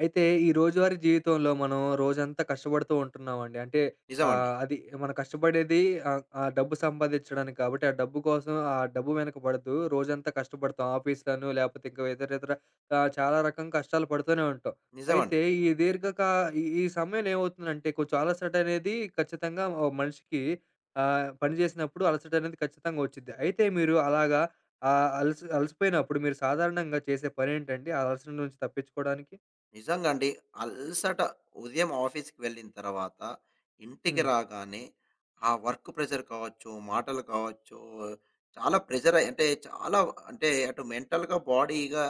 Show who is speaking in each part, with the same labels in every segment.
Speaker 1: అయితే ఈ రోజువారీ జీవితంలో మనం రోజంతా కష్టపడుతూ ఉంటున్నామండి. అంటే
Speaker 2: నిజమండి.
Speaker 1: అది మనం కష్టపడేది ఆ డబ్బు సంపాదించడానికి కాబట్టి, ఆ డబ్బు కోసం ఆ డబ్బు వెనక పడుతూ రోజంతా కష్టపడతాం. ఆఫీస్‌లను లేపోతే ఇంకా ఇతర ఇతర చాలా రకం కష్టాలు పడుతూనే ఉంటాం.
Speaker 2: నిజమండి.
Speaker 1: అయితే ఈ దీర్ఘకా ఈ ఈ సమయంలో ఏమవుతుందంటే కొంచెం అలసట అనేది ఖచ్చితంగా ఓ మనిషికి పని చేసినప్పుడు అలసట అనేది ఖచ్చితంగా వచ్చిద్ది. అయితే మీరు అలాగా అలసిపోయినప్పుడు మీరు సాధారణంగా చేసే పనేంటండి? ఆ అలసట నుంచి తప్పించుకోవడానికి?
Speaker 2: నిజంగా అండి. అలసట ఉదయం ఆఫీస్‌కి వెళ్ళిన తర్వాత ఇంటికి
Speaker 1: హ్మ్.
Speaker 2: రాగానే ఆ వర్క్ ప్రెషర్ కావచ్చు, మాటలు కావచ్చు, చాలా ప్రెషర్ అంటే చాలా అంటే అటు మెంటల్‌గా, బాడీగా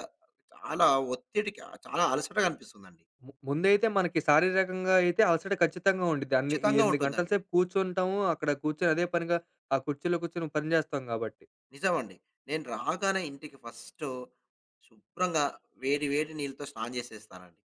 Speaker 2: చాలా ఒత్తిడికి చాలా అలసటగా అనిపిస్తుందండి.
Speaker 1: ముందైతే మనకి శారీరకంగా అయితే అలసట ఖచ్చితంగా ఉండిద్ది. అన్ని
Speaker 2: ఖచ్చితంగా
Speaker 1: 8 గంటల
Speaker 2: ఉంటుందండి.
Speaker 1: సేపు కూర్చుంటాము. అక్కడ కూర్చొని అదే పనిగా ఆ కుర్చీలో కూర్చొని పని చేస్తాం కాబట్టి.
Speaker 2: నిజమండి. నేను రాగానే ఇంటికి ఫస్టు శుభ్రంగా వేడి వేడి నీళ్ళతో స్నానం చేసేస్తానండి.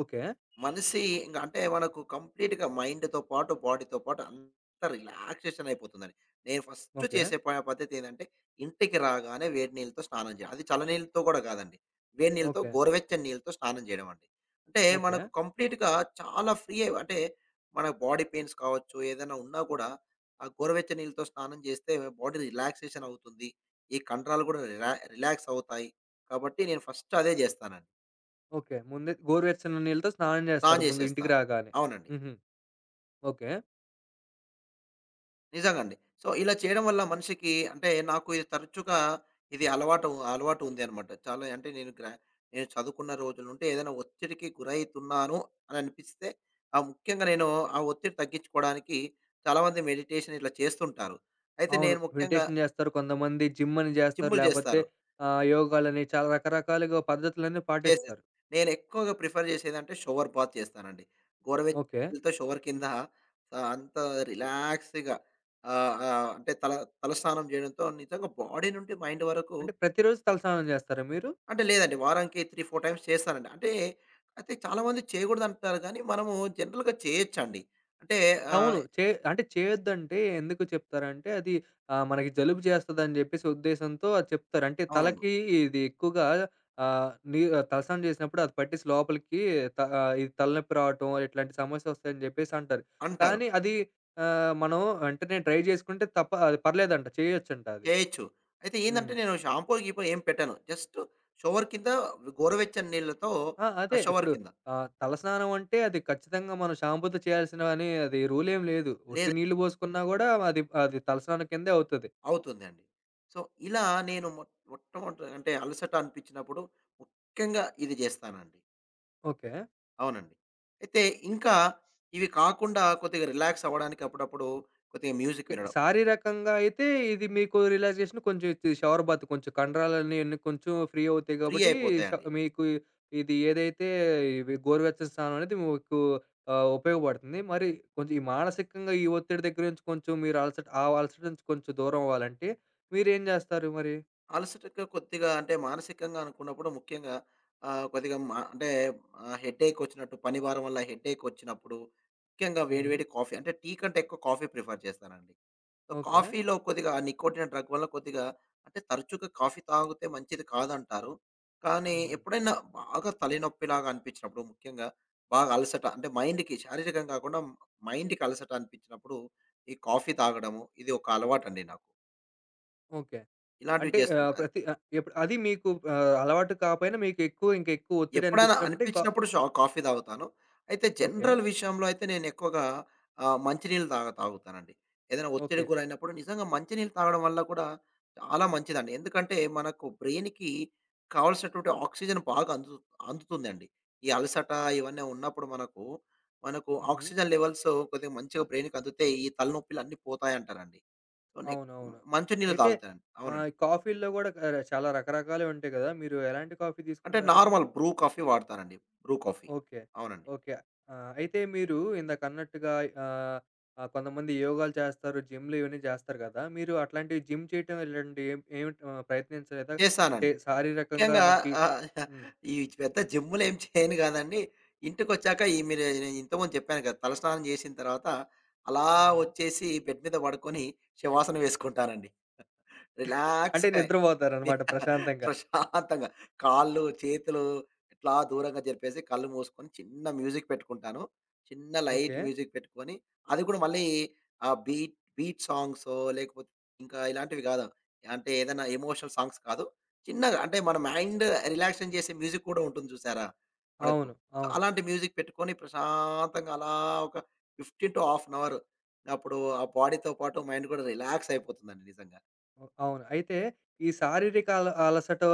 Speaker 1: ఓకే.
Speaker 2: మనిషి ఇంక అంటే మనకు కంప్లీట్‌గా మైండ్‌తో పాటు, బాడీతో పాటు అంతా రిలాక్సేషన్ అయిపోతుందండి. నేను ఫస్ట్
Speaker 1: ఓకే.
Speaker 2: చేసే పద్ధతి ఏందంటే, ఇంటికి రాగానే వేడి నీళ్ళతో స్నానం చేయాలి. అది చల్లనీళ్ళతో కూడా కాదండి. వేడి నీళ్ళతో
Speaker 1: ఓకే.
Speaker 2: గోరువెచ్చని నీళ్ళతో స్నానం చేయడం అండి. అంటే
Speaker 1: ఓకే.
Speaker 2: మనకు కంప్లీట్‌గా చాలా ఫ్రీ అయి అంటే మన బాడీ పెయిన్స్ కావచ్చు, ఏదైనా ఉన్నా కూడా ఆ గోరువెచ్చని నీళ్ళతో స్నానం చేస్తే బాడీ రిలాక్సేషన్ అవుతుంది. ఈ కండరాలు కూడా రిలాక్స్ అవుతాయి. కాబట్టి నేను ఫస్ట్ అదే చేస్తానండి.
Speaker 1: ఓకే. ముందే గోరువెచ్చని నీళ్ళతో స్నానం
Speaker 2: స్నానం
Speaker 1: చేస్తారు ముందు ఇంటికి
Speaker 2: చేసేస్తాను.
Speaker 1: రాగానే.
Speaker 2: అవునండి.
Speaker 1: హుహు. ఓకే.
Speaker 2: నిజంగండి. సో, ఇలా చేయడం వల్ల మనిషికి అంటే నాకు ఇది తరచుగా ఇది అలవాటు అలవాటు ఉంది అనమాట. చాలా అంటే నేను చదువుకున్న రోజుల నుండి ఏదైనా ఒత్తిడికి గురైతున్నాను అని అనిపిస్తే, ముఖ్యంగా నేను ఆ ఒత్తిడి తగ్గించుకోవడానికి చాలామంది మెడిటేషన్ ఇట్లా చేస్తుంటారు. అయితే
Speaker 1: అవును.
Speaker 2: నేను ముఖ్యంగా
Speaker 1: మెడిటేషన్ చేస్తారు. కొంతమంది జిమ్ అని చేస్తారు.
Speaker 2: జిమ్ములు
Speaker 1: లేపోతే
Speaker 2: చేస్తారు.
Speaker 1: యోగాలని చాలా రకరకాలుగా పద్ధతులన్నీ
Speaker 2: చేసేసి.
Speaker 1: పాటిస్తారు.
Speaker 2: నేనెక్కువగా ప్రిఫర్ చేసేదంటే షవర్ బాత్ చేస్తానండి. గోరువెచ్చని
Speaker 1: ఓకే.
Speaker 2: నీళ్ళతో షవర్ కింద అంత రిలాక్స్‌గా ఆహ్, ఆహ్, అంటే తలస్నానం చేయడంతో నిజంగా బాడీ నుండి మైండ్ వరకు
Speaker 1: అంటే ప్రతిరోజు తలస్నానం చేస్తారా మీరు?
Speaker 2: అంటే లేదండి. వారానికి 3, 4 టైమ్స్ చేస్తానండి. అంటే అయితే చాలామంది చేయకూడదంటారు కానీ, మనము జనరల్‌గా చేయొచ్చండి. అంటే ఆహ్,
Speaker 1: అవును. అంటే చేయొద్దంటే ఎందుకు చెప్తారంటే అది మనకి జలుబు చేస్తదని జెప్పేసి ఉద్దేశంతో అది చెప్తారు. అంటే
Speaker 2: అవును.
Speaker 1: తలకి ఇది ఎక్కువగా నీ ఆ, తలస్నానం చేసినప్పుడు అది పట్టేసి లోపలికి ఇది తలనొప్పి రావటం ఇట్లాంటి సమస్యొస్తాయని జెప్పేసి అంటారు.
Speaker 2: అంటారు.
Speaker 1: కానీ అది మనం వెంటనే ట్రై చేసుకుంటే తప్ప అది పర్లేదంట. చేయొచ్చంట అది.
Speaker 2: చేయొచ్చు. అయితే ఏందంటే
Speaker 1: హ్మ్.
Speaker 2: నేను షాంపూ, గీంపూ ఏం పెట్టను. జస్ట్ షవర్ కింద గోరువెచ్చని నీళ్ళతో
Speaker 1: ఆ!
Speaker 2: ఆ
Speaker 1: అదే
Speaker 2: షవర్
Speaker 1: ఇప్పుడు
Speaker 2: కింద.
Speaker 1: తలస్నానం అంటే అది ఖచ్చితంగా మనం షాంపూతో చేయాల్సిన అని అది రూలేం లేదు. ఒట్టి
Speaker 2: లేదు
Speaker 1: నీళ్లు పోసుకున్నా గూడా అది అది తలస్నానం కిందే అవుతది.
Speaker 2: అవుతుందండి. సో, ఇలా నేను మొట్టమొదట అంటే అలసట అనిపించినప్పుడు ముఖ్యంగా ఇది జేస్తానండి.
Speaker 1: ఓకే.
Speaker 2: అవునండి. అయితే ఇంకా ఇవి కాకుండా కొద్దిగా రిలాక్స్ అవ్వడానికి అప్పుడప్పుడు కొద్దిగా మ్యూజిక్
Speaker 1: ఓకే.
Speaker 2: వినడం.
Speaker 1: శారీరకంగా అయితే ఇది మీకు రిలాక్సేషన్ కొంచెం ఇది షవర్ బాత్ కొంచెం కండరాలన్నీ అన్నీ కొంచెం ఫ్రీ అవుతాయి
Speaker 2: ఫ్రీ
Speaker 1: కాబట్టి ష
Speaker 2: అయిపోతాయండి.
Speaker 1: మీకు ఇది ఏదైతే ఇవి గోరువెచ్చని స్నానం అనేది మీకు ఉపయోగపడుతుంది. మరి కొంచెం ఈ మానసికంగా ఈ ఒత్తిడి దగ్గర నుంచి కొంచెం మీరు అలసట ఆ అలసట నుంచి కొంచెం దూరం అవ్వాలంటే మీరేం జేస్తారు మరి?
Speaker 2: అలసటగా కొద్దిగా అంటే మానసికంగా అనుకున్నప్పుడు ముఖ్యంగా కొద్దిగా అంటే హెడ్‌ఏక్ వచ్చినట్టు పని భారం వల్ల హెడ్‌ఏక్ వచ్చినప్పుడు ముఖ్యంగా వేడి
Speaker 1: హుహు.
Speaker 2: వేడి కాఫీ అంటే టీ కంటే ఎక్కువ కాఫీ ప్రిఫర్ చేస్తానండి. So,
Speaker 1: okay.
Speaker 2: కాఫీలో కొద్దిగా ఆ నికోటిన్ డ్రగ్ వల్ల కొద్దిగా అంటే తరచుగా కాఫీ తాగితే మంచిది కాదంటారు. కానీ
Speaker 1: హుహు.
Speaker 2: ఎప్పుడైనా బాగా తలనొప్పిలాగా అనిపించినప్పుడు ముఖ్యంగా బాగా అలసట అంటే మైండ్‌కి శారీరకంగా కాకుండా మైండ్‌కి అలసట అనిపించినప్పుడు ఈ కాఫీ తాగడము ఇది ఒక అలవాటండి నాకు.
Speaker 1: ఓకే.
Speaker 2: ఇలాంటివి
Speaker 1: అంటే
Speaker 2: చేస్తున్నా.
Speaker 1: ప్రతి ఎప్పుడు అది మీకు అలవాటు కాపోయినా మీకు ఎక్కువ ఇంకా ఎక్కువ ఒత్తిడి
Speaker 2: ఎప్పుడైనా
Speaker 1: అనిపించినప్పుడే
Speaker 2: అనిపించినప్పుడు కాఫీ తాగుతాను. అయితే
Speaker 1: ఓకే.
Speaker 2: జనరల్ విషయంలో అయితే నేను ఎక్కువగా మంచినీళ్ళు తాగుతానండి. ఏదైనా
Speaker 1: ఓకే.
Speaker 2: ఒత్తిడికి గురైనప్పుడు నిజంగా మంచినీళ్ళు తాగడం వల్ల కూడా చాలా మంచిదండి. ఎందుకంటే మనకు బ్రెయిన్‌కి కావాల్సినటువంటి ఆక్సిజన్ బాగా అందుతుందండి. ఈ అలసట
Speaker 1: ఓహ్!
Speaker 2: ఇవన్నీ ఉన్నప్పుడు మనకు, మనకు
Speaker 1: హుహు.
Speaker 2: ఆక్సిజన్ లెవెల్స్ కొద్దిగా మంచిగా బ్రెయిన్‌కి అందితే ఈ తలనొప్పిలు అన్నీ పోతాయంటారండి. సో,
Speaker 1: అవునవును.
Speaker 2: మంచినీళ్ళు
Speaker 1: అయితే
Speaker 2: తాగుతానండి. అవునండి.
Speaker 1: ఈ కాఫీల్లో గూడా చాలా రకరకాలవి ఉంటాయి గదా! మీరు ఎలాంటి కాఫీ
Speaker 2: అంటే
Speaker 1: తీసుకుంటారండి?
Speaker 2: నార్మల్ బ్రూ కాఫీ వాడతానండి. Bru coffee.
Speaker 1: ఓకే.
Speaker 2: అవునండి.
Speaker 1: ఓకే. ఆ! అయితే మీరు ఇందాకన్నట్టుగా ఆహ్, కొంతమంది యోగాలు చేస్తారు, జిమ్‌లు ఇవన్నీ చేస్తారు గదా! మీరు అట్లాంటివి జిమ్ చేయటం ఇలాంటివి ఏం ఏం ప్రయత్నించలేదా? అంటే
Speaker 2: చేశానండి.
Speaker 1: శారీరకంగా
Speaker 2: ముఖ్యంగా
Speaker 1: మనకి
Speaker 2: ఆహ్,
Speaker 1: హ్మ్.
Speaker 2: ఈ పెద్ద జిమ్ములేం చేయను గాదండి. ఇంటికొచ్చాక ఈ మీరు నేను ఇంతకుముందు చెప్పాను కదా! తలస్నానం చేసిన తర్వాత అలా
Speaker 1: హుహు.
Speaker 2: వచ్చేసి బెడ్ మీద పడుకొని శవాసనం వేసుకుంటానండి.
Speaker 1: అంటే
Speaker 2: రిలాక్స్‌గా
Speaker 1: నిద్రపోతారనమాట ప్రశాంతంగా.
Speaker 2: ప్రశాంతంగా కాళ్ళు, చేతులు ఇట్లా దూరంగా జరిపేసి కళ్ళు మూసుకొని చిన్న మ్యూజిక్ పెట్టుకుంటాను. చిన్న లైట్
Speaker 1: ఓకే.
Speaker 2: మ్యూజిక్ పెట్టుకొని, అది కూడా మళ్ళీ బీట్ బీట్ సాంగ్సో లేకపోతే ఇంకా ఇలాంటివి కాదు. అంటే ఏదైనా ఎమోషనల్ సాంగ్స్ కాదు. చిన్నగా అంటే మన మైండ్ రిలాక్సేషన్ చేసే మ్యూజిక్ కూడా ఉంటుంది చూసారా? మనకు.
Speaker 1: అవును.
Speaker 2: సో,
Speaker 1: అవును.
Speaker 2: అలాంటి మ్యూజిక్ పెట్టుకొని ప్రశాంతంగా అలా ఒక 15-1/2 అవర్ అప్పుడు ఆ బాడీతో పాటు మైండ్ కూడా రిలాక్స్ అయిపోతుందండి నిజంగా.
Speaker 1: అవును. అయితే ఈ శారీరక అలసట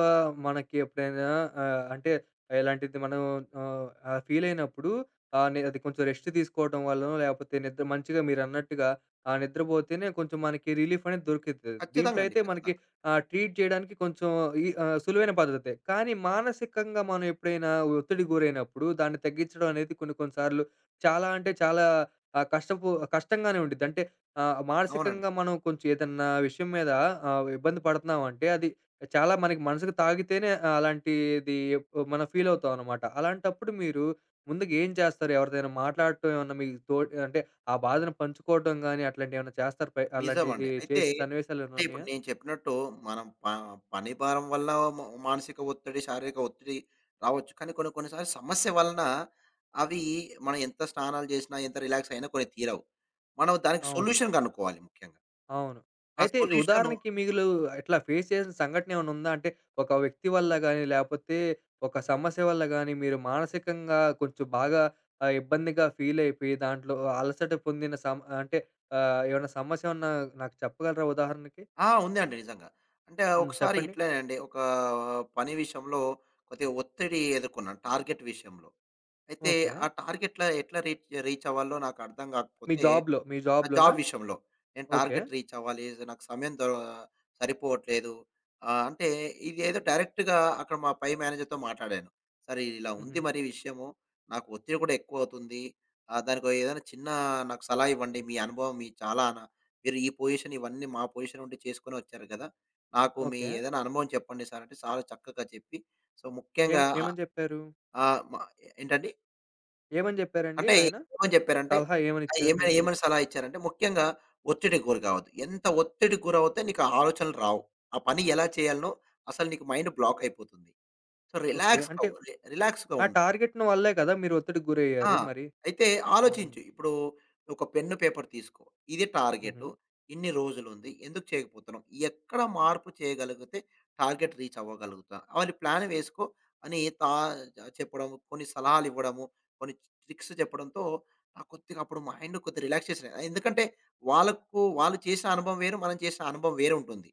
Speaker 1: మనకి ఎప్పుడైనా అంటే ఇలాంటిది మనం ఫీల్ అయినప్పుడు అది కొంచెం రెస్ట్ తీసుకోవడం వల్లనో, లేకపోతే నిద్ర మంచిగా మీరన్నట్టుగా నిద్రపోతేనే కొంచెం మనకి రిలీఫ్ అనేది దొరుకుతది. దీంట్లో
Speaker 2: ఖచ్చితంగా అండి.
Speaker 1: అయితే మనకి
Speaker 2: ఖచ్చితంగా.
Speaker 1: ట్రీట్ చేయడానికి కొంచెం ఈ సులువైన పద్ధతే. కానీ మానసికంగా మనం ఎప్పుడైనా ఒత్తిడికి గురైనప్పుడు దాన్ని తగ్గించడం అనేది కొన్ని కొన్ని సార్లు చాలా అంటే చాలా ఆహ్, కష్టపు కష్టంగానే ఉండిద్ది. అంటే
Speaker 2: అవునండి.
Speaker 1: మానసికంగా మనం కొంచెం ఏదన్నా విషయం మీద ఇబ్బంది పడుతున్నామంటే అది చాలా మనకి మనసుకు తాకితేనే అలాంటిది మనం ఫీల్ అవుతామనమాట. అలాంటప్పుడు మీరు ముందుగా ఏం చేస్తారు? ఎవరితోనైనా మాట్లాడటం ఏమన్నా మీకు తోడ్ అంటే ఆ బాధను పంచుకోవడం గాని అట్లాంటియేమన్నా చేస్తారా? పై
Speaker 2: నిజమండి.
Speaker 1: అలాంటియి
Speaker 2: అయితే,
Speaker 1: చేసిన సన్నివేశాలేమైనా
Speaker 2: అంటే ఇప్పుడు
Speaker 1: ఉన్నాయా?
Speaker 2: నేను చెప్పినట్టు మనం పని భారం వల్ల మా మానసిక ఒత్తిడి, శారీరక ఒత్తిడి రావచ్చు. కానీ కొన్ని కొన్ని సార్లు సమస్య వలన అవి మనం ఎంత స్నానాలు చేసినా, ఎంత రిలాక్స్ అయినా కొన్ని తీరవు. మనం దానికి
Speaker 1: అవును.
Speaker 2: సొల్యూషన్ కనుక్కోవాలి ముఖ్యంగా.
Speaker 1: అవును.
Speaker 2: ఆ
Speaker 1: అయితే
Speaker 2: సొల్యూషను
Speaker 1: ఉదాహరణకి మీలు ఇట్లా ఫేస్ చేసిన సంఘటన ఏమైనా ఉందా? అంటే ఒక వ్యక్తి వల్ల గాని, లేపోతే ఒక సమస్య వల్ల గాని, మీరు మానసికంగా కొంచెం బాగా ఇబ్బందిగా ఫీల్ అయిపోయి, దాంట్లో అలసట పొందిన సమ అంటే ఏమన్నా సమస్య ఏమన్నా నాకు చెప్పగలరా ఉదాహరణకి?
Speaker 2: ఆ! ఉందండి నిజంగా. అంటే
Speaker 1: హ్మ్.
Speaker 2: ఒకసారి
Speaker 1: చెప్పండి.
Speaker 2: ఇట్లనేనండి ఒక పని విషయంలో కొద్దిగా ఒత్తిడి ఎదుర్కొన్నాను టార్గెట్ విషయంలో. అయితే
Speaker 1: ఓకే.
Speaker 2: ఆ టార్గెట్‌ల ఎట్లా రీచ్ రీచ్ అవ్వాలో నాకు అర్థం
Speaker 1: మీ
Speaker 2: కాకపోతే
Speaker 1: జాబ్‌లో, మీ
Speaker 2: ఆ!
Speaker 1: జాబ్‌లోనా?
Speaker 2: జాబ్ విషయంలో. నేను
Speaker 1: ఓకే.
Speaker 2: టార్గెట్ రీచ్ అవ్వాలి. నాకు సమయం దొర సరిపోవట్లేదు. అంటే ఇదేదో డైరెక్ట్‌గా అక్కడ మా పై మేనేజర్‌తో మాట్లాడాను. "సరే ఇలా ఉంది
Speaker 1: హుహు.
Speaker 2: మరి విషయము. నాకు ఒత్తిడి కూడా ఎక్కువవుతుంది. దానికి ఏదైనా చిన్న నాకు సలహా ఇవ్వండి. మీ అనుభవం మీ చాలా నా మీరు ఈ పొజిషన్ ఇవన్నీ మా పొజిషన్ నుండి చేసుకొని వచ్చారు కదా! నాకు మీ
Speaker 1: ఓకే.
Speaker 2: ఏదైనా అనుభవం చెప్పండి సార్" అంటే సార్ చక్కగా చెప్పి సో, ముఖ్యంగా ఆహ్,
Speaker 1: ఏమని చెప్పారు?
Speaker 2: ఆహ్, మ ఏంటండి?
Speaker 1: ఏమని చెప్పారండి
Speaker 2: అంటే
Speaker 1: ఆయన?
Speaker 2: ఏమని చెప్పారంటే
Speaker 1: సలహా ఏమని
Speaker 2: ఆహ్,
Speaker 1: ఇచ్చారు
Speaker 2: ఏమైనా
Speaker 1: మీకు?
Speaker 2: ఏమని సలహా ఇచ్చారంటే, ముఖ్యంగా ఒత్తిడికి గురి కావద్దు. ఎంత ఒత్తిడికి గురవుతే నీకు ఆ ఆలోచనలు రావు. ఆ పని ఎలా చేయాలనో అసలు నీకు మైండ్ బ్లాక్ అయిపోతుంది. So,
Speaker 1: okay.
Speaker 2: రిలాక్స్‌గా
Speaker 1: అంటే
Speaker 2: రిలాక్స్‌గా
Speaker 1: ఆ
Speaker 2: ఉండు.
Speaker 1: టార్గెట్‌ని వల్లే కదా! మీరు ఒత్తిడికి
Speaker 2: ఆ!
Speaker 1: గురయ్యారు మరి?
Speaker 2: అయితే
Speaker 1: హ్మ్.
Speaker 2: ఆలోచించు. ఇప్పుడు ఒక పెన్ను, పేపర్ తీసుకో. ఇది
Speaker 1: హుహు.
Speaker 2: టార్గెటు. ఇన్ని రోజులుంది. ఎందుకు చేయకపోతున్నాం? ఎక్కడ మార్పు చేయగలిగితే టార్గెట్ రీచ్ అవ్వగలుగుతా? అని ప్లాన్ వేసుకో అని తా చెప్పడం, కొన్ని సలహాలివ్వడము, కొన్ని ట్రిక్స్ చెప్పడంతో నాకు కొద్దిగా అప్పుడు మైండ్ కొద్దిగా రిలాక్సేషన్. ఎందుకంటే వాళ్ళకు వాళ్ళు చేసిన అనుభవం వేరు. మనం చేసిన అనుభవం వేరుంటుంది.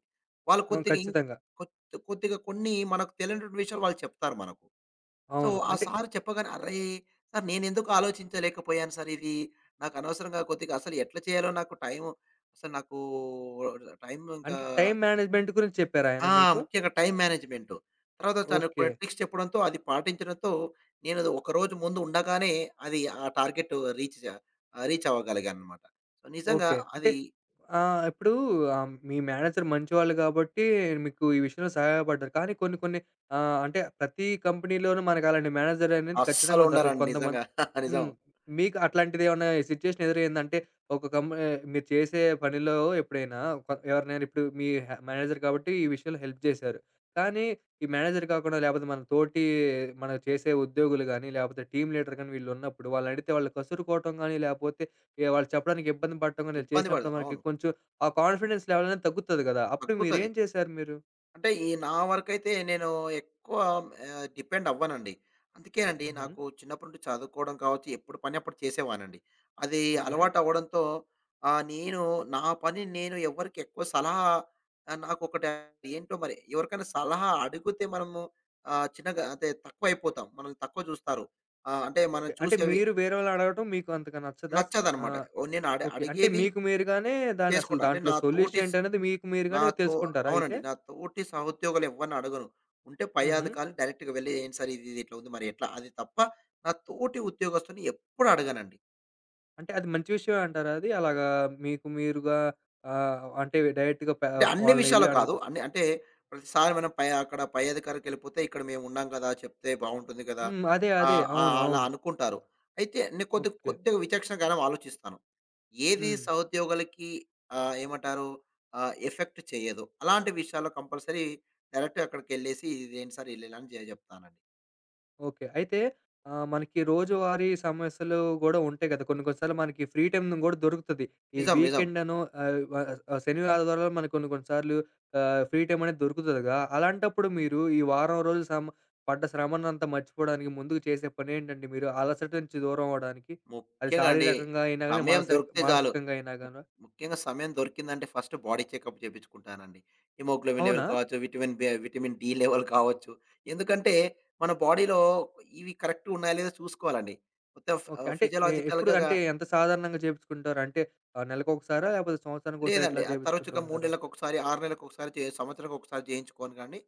Speaker 2: వాళ్ళు
Speaker 1: అవును.
Speaker 2: కొద్దిగా ఇం
Speaker 1: ఖచ్చితంగా.
Speaker 2: కొద్ కొద్దిగా కొన్ని మనకు తెలియనటువంటి విషయాలు వాళ్ళు చెప్తారు మనకు. సో,
Speaker 1: అవును.
Speaker 2: ఆ
Speaker 1: అంటే,
Speaker 2: సారు చెప్పగానే అర్రే! సారు నేనెందుకు ఆలోచించలేకపోయాను సారు ఇది. నాకు అనవసరంగా కొద్దిగా అసలు ఎట్లా చేయాలో నాకు టైము అసలు నాకు టైం ఇంకా
Speaker 1: అంటే టైమ్ మేనేజ్‌మెంట్ గురించి చెప్పారాయన
Speaker 2: ఆ!
Speaker 1: మీకు?
Speaker 2: ముఖ్యంగా టైం మేనేజ్‌మెంటు. తర్వాత తను
Speaker 1: ఓకే.
Speaker 2: కొన్ని ట్రిక్స్ చెప్పడంతో అది పాటించడంతో నేను అది ఒకరోజు ముందు ఉండగానే అది ఆ టార్గెట్ రీచ్ జా రీచ్ అవ్వగలిగానన్నమాట. సో, నిజంగా
Speaker 1: ఓకే. అంటే
Speaker 2: అది
Speaker 1: ఇప్పుడు మీ మేనేజర్ మంచివాళ్ళు గాబట్టి మీకు ఈ విషయంలో సహాయపడ్డారు. కానీ కొన్ని కొన్ని అంటే ప్రతి కంపెనీలోనూ మనకు అలాంటి మేనేజర్ అనేది ఖచ్చితంగా దొరకరు
Speaker 2: అస్సలుండరండి
Speaker 1: కొంతమంది.
Speaker 2: నిజంగా. నిజం.
Speaker 1: హ్మ్. మీకు అట్లాంటిదేమన్నా సిట్యుయేషన్ ఎదురైందంటే ఒక కం మీరు చేసే పనిలో ఎప్పుడైనా ఎవరినైనా ఇప్పుడు మీ మేనేజర్ కాబట్టి ఈ విషయంలో హెల్ప్ చేశారు. కానీ ఈ మేనేజర్ కాకుండా లేపోతే మన తోటి మనం చేసే ఉద్యోగులు గానీ, లేపోతే టీమ్ లీడర్ గానీ వీళ్ళున్నప్పుడు వాళ్ళనడిగితే వాళ్ళు కసురుకోవటం గానీ, లేపోతే వాళ్ళు చెప్పడానికి ఇబ్బంది పడటం గాని, ఇలా
Speaker 2: ఇబ్బంది పడదు.
Speaker 1: చేసినప్పుడు మనకి
Speaker 2: అవును.
Speaker 1: కొంచెం ఆ కాన్ఫిడెన్స్ లెవెల్ అనేది తగ్గుతది గదా! అప్పుడు
Speaker 2: తగ్గుతది.
Speaker 1: మీరేం చేశారు మీరు?
Speaker 2: అంటే ఈ నా వరకైతే నేను ఎక్కువ డిపెండ్ అవ్వనండి. అందుకేనండి
Speaker 1: హుహు.
Speaker 2: నాకు చిన్నప్పటి నుండి చదువుకోవడం కావచ్చు, ఎప్పుడు పని అప్పుడు చేసేవాడినండి. అది
Speaker 1: ఓకే.
Speaker 2: అలవాటు అవ్వడంతో నేను నా పని నేను ఎవరికి ఎక్కువ సలహా నాకొకటి ఏంటో మరి ఎవరికైనా సలహా అడిగితే మనము చిన్నగా అంటే తక్కువైపోతాం. మనల్ని తక్కువ చూస్తారు. అంటే మనం
Speaker 1: ఓకే. అంటే
Speaker 2: చూసేవి
Speaker 1: మీరు వేరే వాళ్ళని అడగటం మీకు అంతగా నచ్చదా?
Speaker 2: నచ్చదనమాట.
Speaker 1: ఆహ్,
Speaker 2: ఓ నేను
Speaker 1: ఓకే. అంటే
Speaker 2: అడిగేది
Speaker 1: మీకు మీరుగానే దాన్ని అసలు
Speaker 2: చేసుకుంటా. అంటే
Speaker 1: దాంట్లో
Speaker 2: నా తోటి
Speaker 1: సొల్యూషన్ ఏంటనేది మీకు మీరుగానే
Speaker 2: నాతో
Speaker 1: తెలుసుకుంటారా
Speaker 2: అవునండి.
Speaker 1: అయితే?
Speaker 2: నా తోటి సహోద్యోగులు ఎవ్వరిని అడగను. ఉంటే పై
Speaker 1: హుహు.
Speaker 2: అధికారులు డైరెక్ట్‌గా వెళ్లి ఏంటి సార్ ఇది, ఇది ఇట్లా ఉంది మరి ఎట్లా? అది తప్ప నా తోటి ఉద్యోగస్తుని ఎప్పుడు అడగనండి.
Speaker 1: అంటే అది మంచి విషయమే అంటారా అది? అలాగా మీకు మీరుగా అంటే డైరెక్ట్‌గా
Speaker 2: అంటే అన్ని
Speaker 1: వాళ్ళని
Speaker 2: విషయాలు
Speaker 1: ఎళ్లి
Speaker 2: కాదు.
Speaker 1: అడగటం.
Speaker 2: అన్ని అంటే ప్రతిసారి మనం పై అక్కడ పై అధికారికెళ్ళిపోతే ఇక్కడ మేమున్నాం కదా! చెప్తే బావుంటుంది కదా!
Speaker 1: హ్మ్. అదే. అదే.
Speaker 2: ఆహ్, ఆహ్,
Speaker 1: అవును.
Speaker 2: అలా
Speaker 1: అవును.
Speaker 2: అనుకుంటారు. అయితే నేను కొద్ది
Speaker 1: ఓకే.
Speaker 2: కొద్దిగా విచక్షణ జ్ఞానం ఆలోచిస్తాను. ఏది
Speaker 1: హ్మ్.
Speaker 2: సహోద్యోగులకి ఏమంటారు? ఎఫెక్ట్ చేయదు. అలాంటి విషయాల్లో కంపల్సరీ డైరెక్ట్‌గా అక్కడికెళ్ళేసి ఇదేంటి సార్ ఇలా ఇలా అని చెప్తానండి.
Speaker 1: ఓకే. అయితే మనకి రోజువారీ సమస్యలు గూడా ఉంటాయి గదా! కొన్ని కొన్ని సార్లు మనకి ఫ్రీ టైమ్ గూడా దొరుకుతది. ఈ
Speaker 2: నిజం. నిజం.
Speaker 1: వీకెండనో ఆహ్, వ శని, ఆదివారాలు మనకు కొన్ని కొన్ని సార్లు ఫ్రీ టైమ్ అనేది దొరుకుతదిగా. అలాంటప్పుడు మీరు ఈ వారం రోజులు శ్రమ పడ్డ శ్రమనంతా మర్చిపోవడానికి ముందుగా చేసే పనేంటండి మీరు? అలసట నుంచి దూరం అవ్వడానికి? అది
Speaker 2: ముఖ్యంగా అండి.
Speaker 1: శారీరకంగా అయినా గాని,
Speaker 2: సమయం
Speaker 1: మానసిక
Speaker 2: దొరికితే చాలు.
Speaker 1: మానసికంగా అయినా
Speaker 2: ము
Speaker 1: గాని.
Speaker 2: ముఖ్యంగా సమయం దొరికిందంటే ఫస్ట్ బాడీ చెకప్ చేపించుకుంటానండి. హిమోగ్లోబిన్ లెవెల్
Speaker 1: అవునా?
Speaker 2: కావచ్చు, vitamin B vitamin D level కావచ్చు. ఎందుకంటే మన బాడీలో ఇవి కరెక్ట్‌గా ఉన్నాయా లేదా చూసుకోవాలండి. మొత్తం
Speaker 1: ఓకే. అంటే ఎప్పుడు
Speaker 2: ఫిజియోలాజికల్‌గా గా
Speaker 1: అంటే ఎంత సాధారణంగా చేపించుకుంటారు? అంటే నెలకొకసారా? లేకపోతే సంవత్సరానికోసారి
Speaker 2: లేదండి.
Speaker 1: ఇట్లా చేపించుకుంటూ
Speaker 2: తరచుగా 3
Speaker 1: ఉంటారా?
Speaker 2: నెలలకొకసారి, 6 నెలలకొకసారి, సంవత్సరానికొకసారి చేయించుకోను గానీ,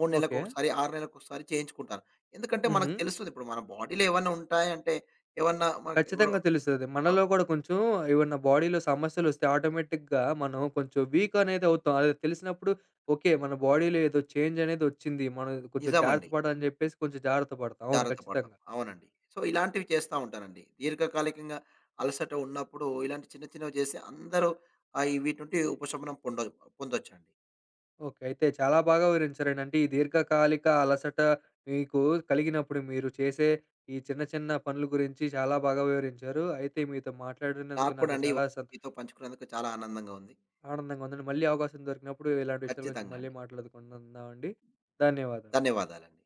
Speaker 2: 3
Speaker 1: ఓకే.
Speaker 2: నెలలకొకసారి, 6 నెలలకొకసారి చేయించుకుంటాను. ఎందుకంటే
Speaker 1: హుహు.
Speaker 2: మనకు తెలుస్తది ఇప్పుడు మన బాడీలో ఏవన్నా ఉంటాయంటే, ఏవన్నా మనకు ఇప్పుడు
Speaker 1: ఖచ్చితంగా తెలుస్తది.
Speaker 2: ఆహ్,
Speaker 1: మనలో కూడా కొంచెం ఏవన్నా బాడీలో సమస్యలొస్తే ఆటోమేటిక్‌గా మనం కొంచెం వీక్ అనేది అవుతాం. అది తెలిసినప్పుడు ఓకే. మన బాడీలో ఏదో చేంజ్ అనేదొచ్చింది. మనం కొంచెం జాగ్రత్త
Speaker 2: నిజమండి.
Speaker 1: పడాలని చెప్పేసి కొంచెం జాగ్రత్త పడతాం. అవును.
Speaker 2: జాగ్రత్త పడతాం.
Speaker 1: ఖచ్చితంగా.
Speaker 2: అవునండి. సో, ఇలాంటివి చేస్తా ఉంటానండి. దీర్ఘకాలికంగా అలసట ఉన్నప్పుడు ఇలాంటి చిన్న చిన్నవి చేసి అందరూ ఈ వీటి నుండి ఉపశమనం పొందొచ్చండి.
Speaker 1: ఓకే. అయితే చాలా బాగా వివరించారండి. అంటే ఈ దీర్ఘకాలిక అలసట మీకు కలిగినప్పుడు మీరు చేసే ఈ చిన్న చిన్న పనుల గురించి చాలా బాగా వివరించారు. అయితే మీతో మాట్లాడినందుకు
Speaker 2: నాకు కూడా
Speaker 1: నాకు
Speaker 2: అండి
Speaker 1: చాలా
Speaker 2: ఇవన్నీ మీతో పంచుకున్నందుకు చాలా ఆనందంగా ఉంది.
Speaker 1: ఆనందంగా ఉందండి. మళ్ళీ అవకాశం దొరికినప్పుడు ఇలాంటి విషయాల గురించి
Speaker 2: ఖచ్చితంగా
Speaker 1: మళ్ళీ
Speaker 2: అండి.
Speaker 1: మాట్లాడుకుందామండి. ధన్యవాదాలు.
Speaker 2: ధన్యవాదాలండి.